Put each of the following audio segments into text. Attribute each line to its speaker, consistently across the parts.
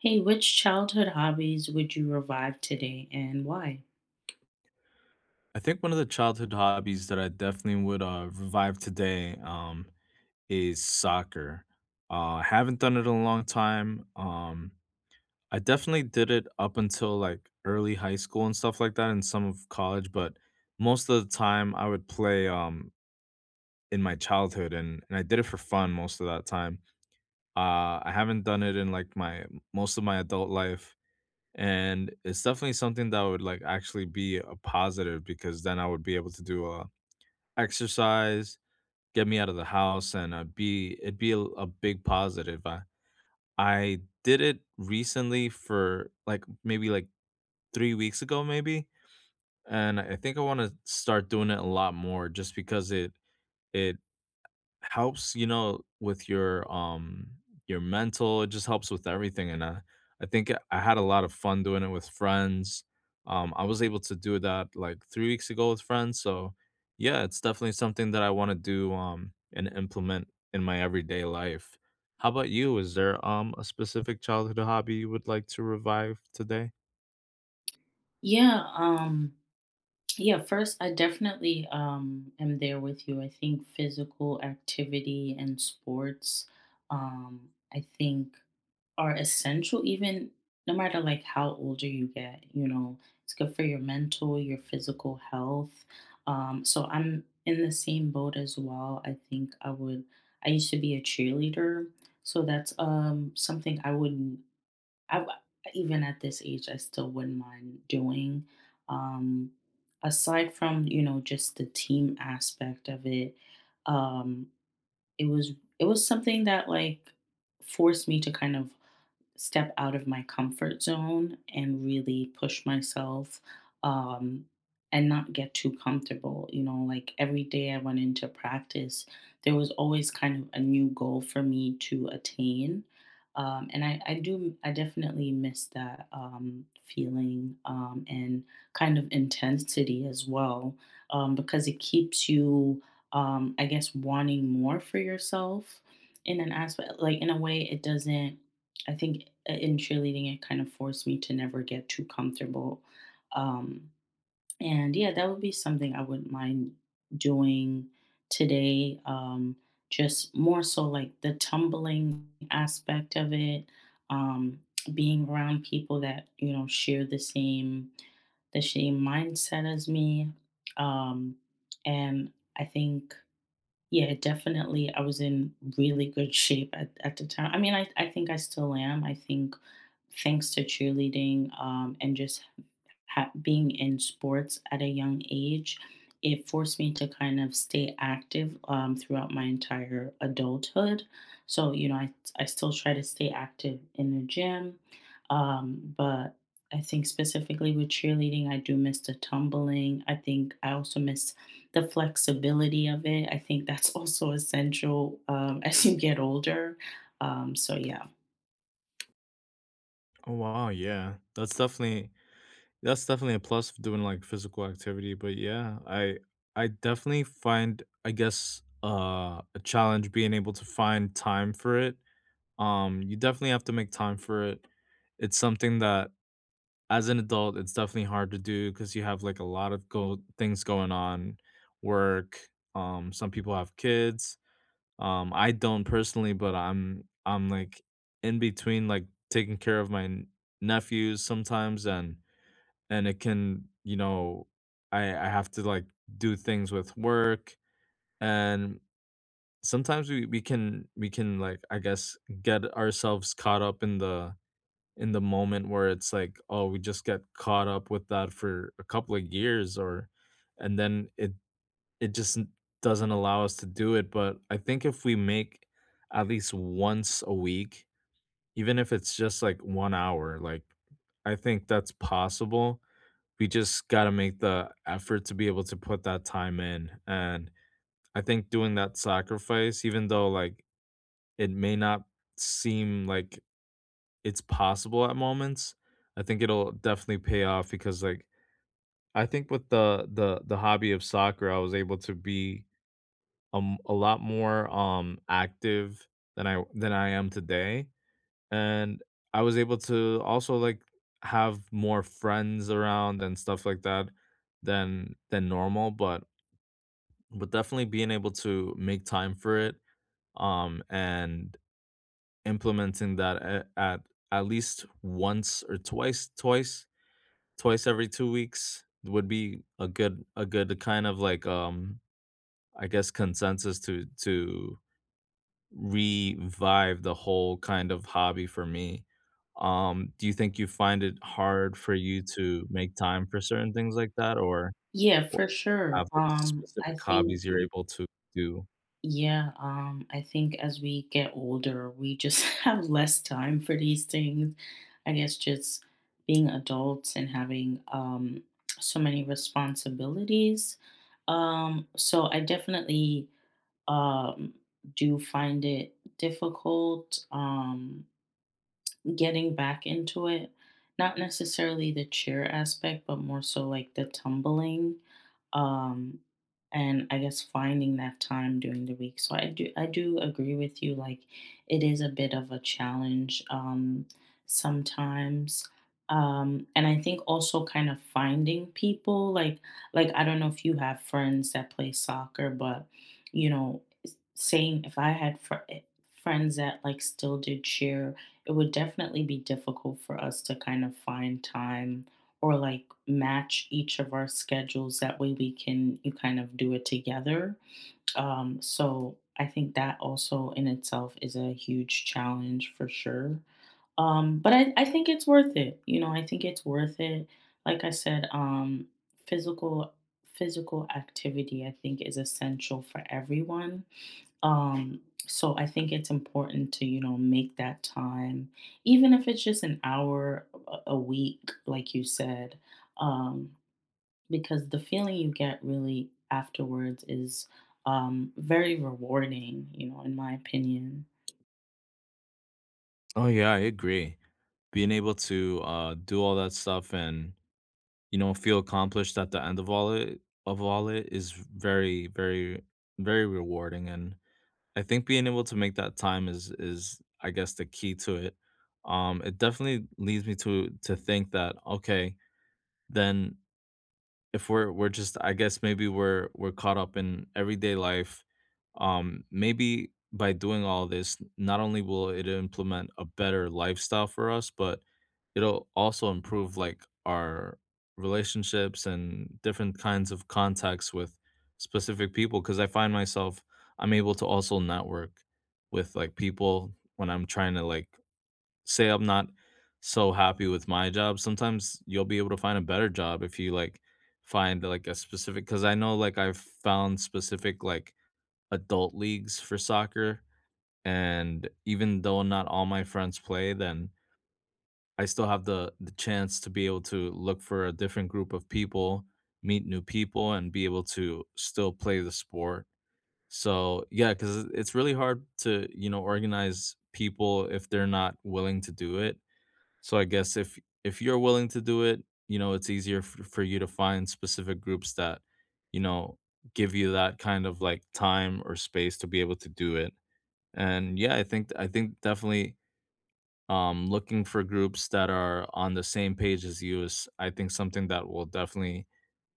Speaker 1: Hey, which childhood hobbies would you revive today and why?
Speaker 2: I think one of the childhood hobbies that I definitely would, revive today, is soccer. I haven't done it in a long time. I definitely did it up until, like, early high school and stuff like that and some of college, but most of the time, I would play, in my childhood, and I did it for fun most of that time. I haven't done it in, like, my most of my adult life, and it's definitely something that would, like, actually be a positive because then I would be able to do a exercise, get me out of the house, and I be it'd be a big positive. I did it recently for, like, maybe, like, 3 weeks ago, maybe, and I think I wanna start doing it a lot more just because it helps, with your mental, it just helps with everything, and I think I had a lot of fun doing it with friends. I was able to do that like 3 weeks ago with friends, so yeah, it's definitely something that I want to do and implement in my everyday life. How about you? Is there a specific childhood hobby you would like to revive today?
Speaker 1: Yeah, um yeah, first I definitely am there with you. I think physical activity and sports I think are essential even no matter like how older you get, you know. It's good for your mental, your physical health. So I'm in the same boat as well. I think I would I used to be a cheerleader, so that's something I would I even at this age, I still wouldn't mind doing. Um, Aside from, you know, just the team aspect of it, um, it was something that, like, forced me to kind of step out of my comfort zone and really push myself, um, and not get too comfortable. You know, like every day I went into practice, there was always kind of a new goal for me to attain. And I definitely miss that, feeling, and kind of intensity as well, because it keeps you, I guess, wanting more for yourself in an aspect. Like, in a way, it doesn't . I think in cheerleading, it kind of forced me to never get too comfortable. Um, and yeah, that would be something I wouldn't mind doing today. Just more so like the tumbling aspect of it, um, being around people that, you know, share the same mindset as me. Um, and I think yeah, definitely. I was in really good shape at the time. I mean, I think I still am. I think thanks to cheerleading, and just being in sports at a young age, it forced me to kind of stay active, throughout my entire adulthood. So, you know, I still try to stay active in the gym. But I think specifically with cheerleading, I do miss the tumbling. I think I also miss the flexibility of it. I think that's also essential, as you get older. So, yeah.
Speaker 2: Oh wow, yeah. That's definitely a plus for doing, like, physical activity, but yeah, I definitely find, I guess, a challenge being able to find time for it. You definitely have to make time for it. It's something that as an adult, it's definitely hard to do because you have, like, a lot of go things going on, work, some people have kids. I don't personally, but I'm like, in between, like, taking care of my n nephews sometimes, and it can, you know, I have to like do things with work, and sometimes we can, we can, like, I guess, get ourselves caught up in the moment where it's like, oh, we just get caught up with that for a couple of years or and then it just doesn't allow us to do it. But I think if we make at least once a week, even if it's just like 1 hour, like, I think that's possible. We just got to make the effort to be able to put that time in. And I think doing that sacrifice, even though like it may not seem like it's possible at moments, I think it'll definitely pay off because, like, I think with the hobby of soccer, I was able to be a lot more active than I am today, and I was able to also, like, have more friends around and stuff like that than normal. But definitely being able to make time for it and implementing that at least once or twice every 2 weeks would be a good kind of like, I guess, consensus to revive the whole kind of hobby for me. Do you think you find it hard for you to make time for certain things like that, or
Speaker 1: Yeah, for sure.
Speaker 2: have, like,
Speaker 1: I
Speaker 2: specific
Speaker 1: think
Speaker 2: hobbies you're able to do?
Speaker 1: Yeah, I think as we get older, we just have less time for these things. I guess just being adults and having, so many responsibilities. So I definitely, um, do find it difficult. Getting back into it. Not necessarily the cheer aspect, but more so like the tumbling. Um and I guess finding that time during the week. So I do agree with you, like it is a bit of a challenge sometimes. And I think also kind of finding people, like I don't know if you have friends that play soccer, but you know, saying if I had friends that, like, still did cheer, it would definitely be difficult for us to kind of find time or like match each of our schedules. That way we can you kind of do it together. So I think that also in itself is a huge challenge for sure. But I think it's worth it. You know, I think it's worth it. Like I said, physical physical activity, I think, is essential for everyone. Um, so I think it's important to, you know, make that time, even if it's just an hour a week, like you said, um, because the feeling you get really afterwards is, very rewarding, you know, in my opinion.
Speaker 2: Oh, yeah, I agree. Being able to, do all that stuff and, you know, feel accomplished at the end of all it is very, very, very rewarding. And I think being able to make that time is I guess the key to it. It definitely leads me to think that, okay, then if we're just, I guess, maybe we're caught up in everyday life. Maybe by doing all this, not only will it implement a better lifestyle for us, but it'll also improve, like, our relationships and different kinds of contacts with specific people. Cause I find myself I'm able to also network with, like, people when I'm trying to, like, say I'm not so happy with my job. Sometimes you'll be able to find a better job if you, like, find like a specific, because I know, like, I've found specific, like, adult leagues for soccer. And even though not all my friends play, then I still have the chance to be able to look for a different group of people, meet new people, and be able to still play the sport. So yeah, because it's really hard to, you know, organize people if they're not willing to do it. So I guess if you're willing to do it, you know, it's easier for you to find specific groups that, you know, give you that kind of, like, time or space to be able to do it. And yeah, I think definitely, looking for groups that are on the same page as you, is, I think, something that will definitely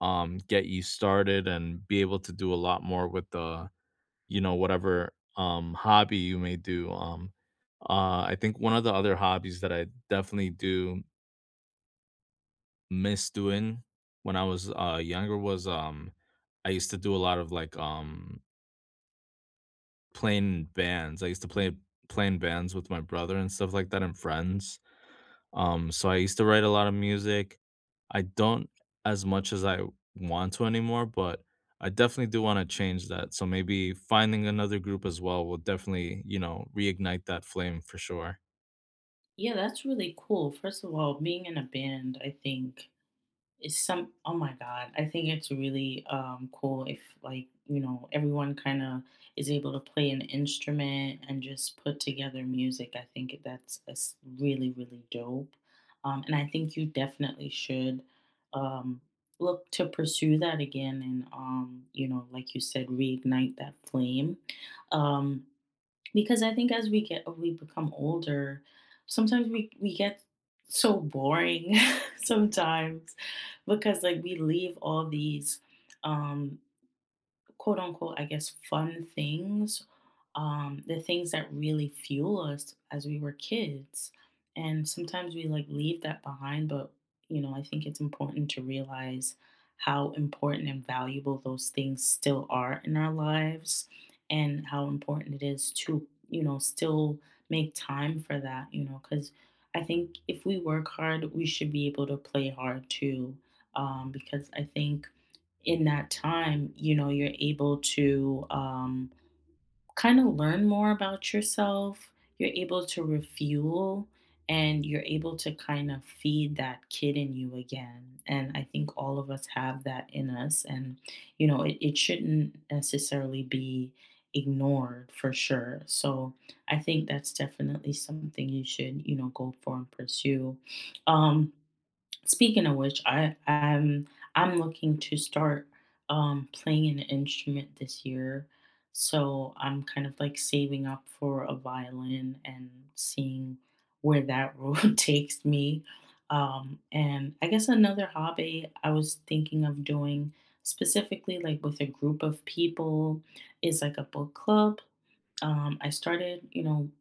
Speaker 2: get you started and be able to do a lot more with the, you know, whatever hobby you may do. I think one of the other hobbies that I definitely do miss doing when I was, younger was, I used to do a lot of, like, playing in bands. I used to playing bands with my brother and stuff like that and friends. So I used to write a lot of music. I don't as much as I want to anymore, but I definitely do wanna change that. So maybe finding another group as well will definitely, you know, reignite that flame for sure.
Speaker 1: Yeah, that's really cool. First of all, being in a band, I think It's some oh my god, I think it's really cool if, like, you know, everyone kind of is able to play an instrument and just put together music. I think that's really really dope. And I think you definitely should, um look to pursue that again and, you know, like you said, reignite that flame. Um because I think as we become older, sometimes we get so boring sometimes because, like, we leave all these, um quote unquote, I guess, fun things, the things that really fuel us as we were kids. And sometimes we, like, leave that behind, but you know, I think it's important to realize how important and valuable those things still are in our lives and how important it is to, you know, still make time for that, you know, because I think if we work hard, we should be able to play hard too. Because I think in that time, you know, you're able to, kind of learn more about yourself. You're able to refuel and you're able to kind of feed that kid in you again. And I think all of us have that in us. And, you know, it shouldn't necessarily be ignored for sure. So I think that's definitely something you should, you know, go for and pursue. Um, Speaking of which, I'm looking to start playing an instrument this year. So I'm kind of like saving up for a violin and seeing where that road takes me. And I guess another hobby I was thinking of doing specifically, like with a group of people, is like a book club. I started, you know,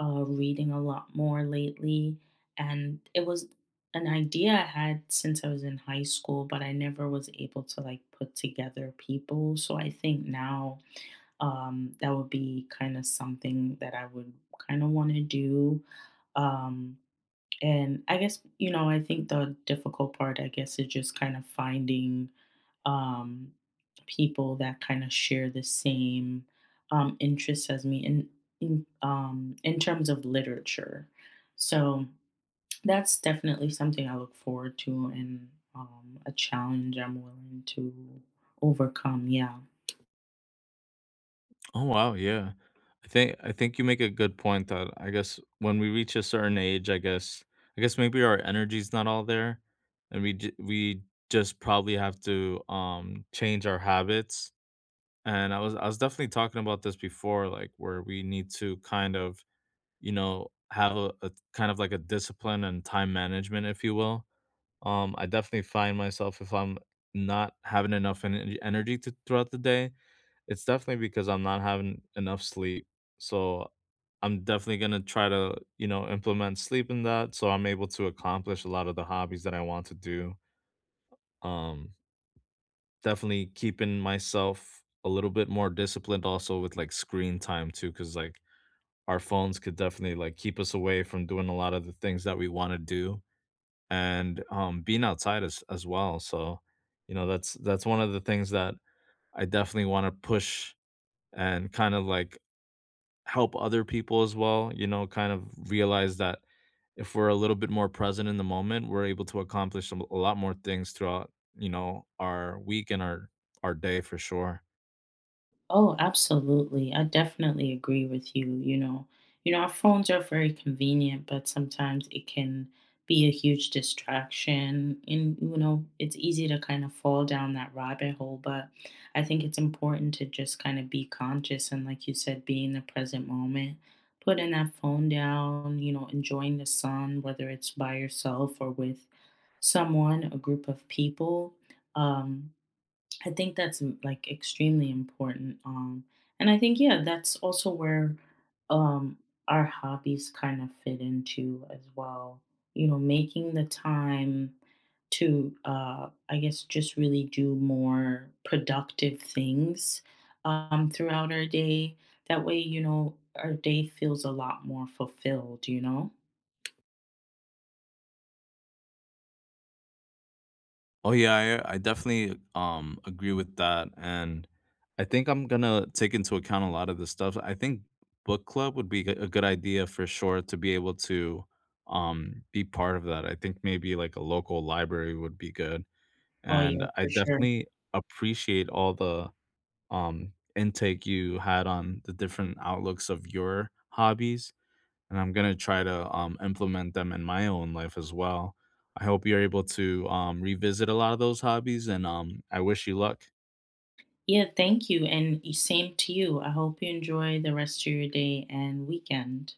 Speaker 1: reading a lot more lately, and it was an idea I had since I was in high school, but I never was able to, like, put together people. So I think now, that would be kind of something that I would kind of want to do. Um, and I guess, you know, I think the difficult part, I guess, is just kind of finding, um, people that kind of share the same, interests as me in, in terms of literature. So, that's definitely something I look forward to and, a challenge I'm willing to overcome. Yeah.
Speaker 2: Oh wow, yeah. I think you make a good point that I guess when we reach a certain age, I guess maybe our energy's not all there, and we just probably have to, change our habits. And I was definitely talking about this before, like where we need to kind of, you know, have a kind of like a discipline and time management, if you will. I definitely find myself, if I'm not having enough energy to, throughout the day, it's definitely because I'm not having enough sleep. So I'm definitely going to try to, you know, implement sleep in that so I'm able to accomplish a lot of the hobbies that I want to do. Um, definitely keeping myself a little bit more disciplined also with like screen time too, cuz like our phones could definitely like keep us away from doing a lot of the things that we want to do and being outside as well. So, you know, that's one of the things that I definitely want to push and kind of like help other people as well, you know, kind of realize that if we're a little bit more present in the moment, we're able to accomplish a lot more things throughout, you know, our week and our day for sure.
Speaker 1: Oh, absolutely. I definitely agree with you. You know, our phones are very convenient, but sometimes it can be a huge distraction. And, you know, it's easy to kind of fall down that rabbit hole. But I think it's important to just kind of be conscious and, like you said, be in the present moment, putting that phone down, you know, enjoying the sun, whether it's by yourself or with someone, a group of people. Um, I think that's like, extremely important. And I think yeah, that's also where, um our hobbies kind of fit into as well. You know, making the time to, I guess, just really do more productive things, throughout our day. That way, you know, our day feels a lot more fulfilled, you know?
Speaker 2: Oh yeah, I definitely agree with that. And I think I'm going to take into account a lot of the stuff. I think book club would be a good idea for sure to be able to be part of that. I think maybe like a local library would be good.
Speaker 1: Oh
Speaker 2: And
Speaker 1: yeah,
Speaker 2: I
Speaker 1: for sure.
Speaker 2: definitely appreciate all the, intake you had on the different outlooks of your hobbies, and I'm gonna try to, implement them in my own life as well. I hope you're able to, revisit a lot of those hobbies, and, I wish you luck.
Speaker 1: Yeah, thank you. And same to you. I hope you enjoy the rest of your day and weekend.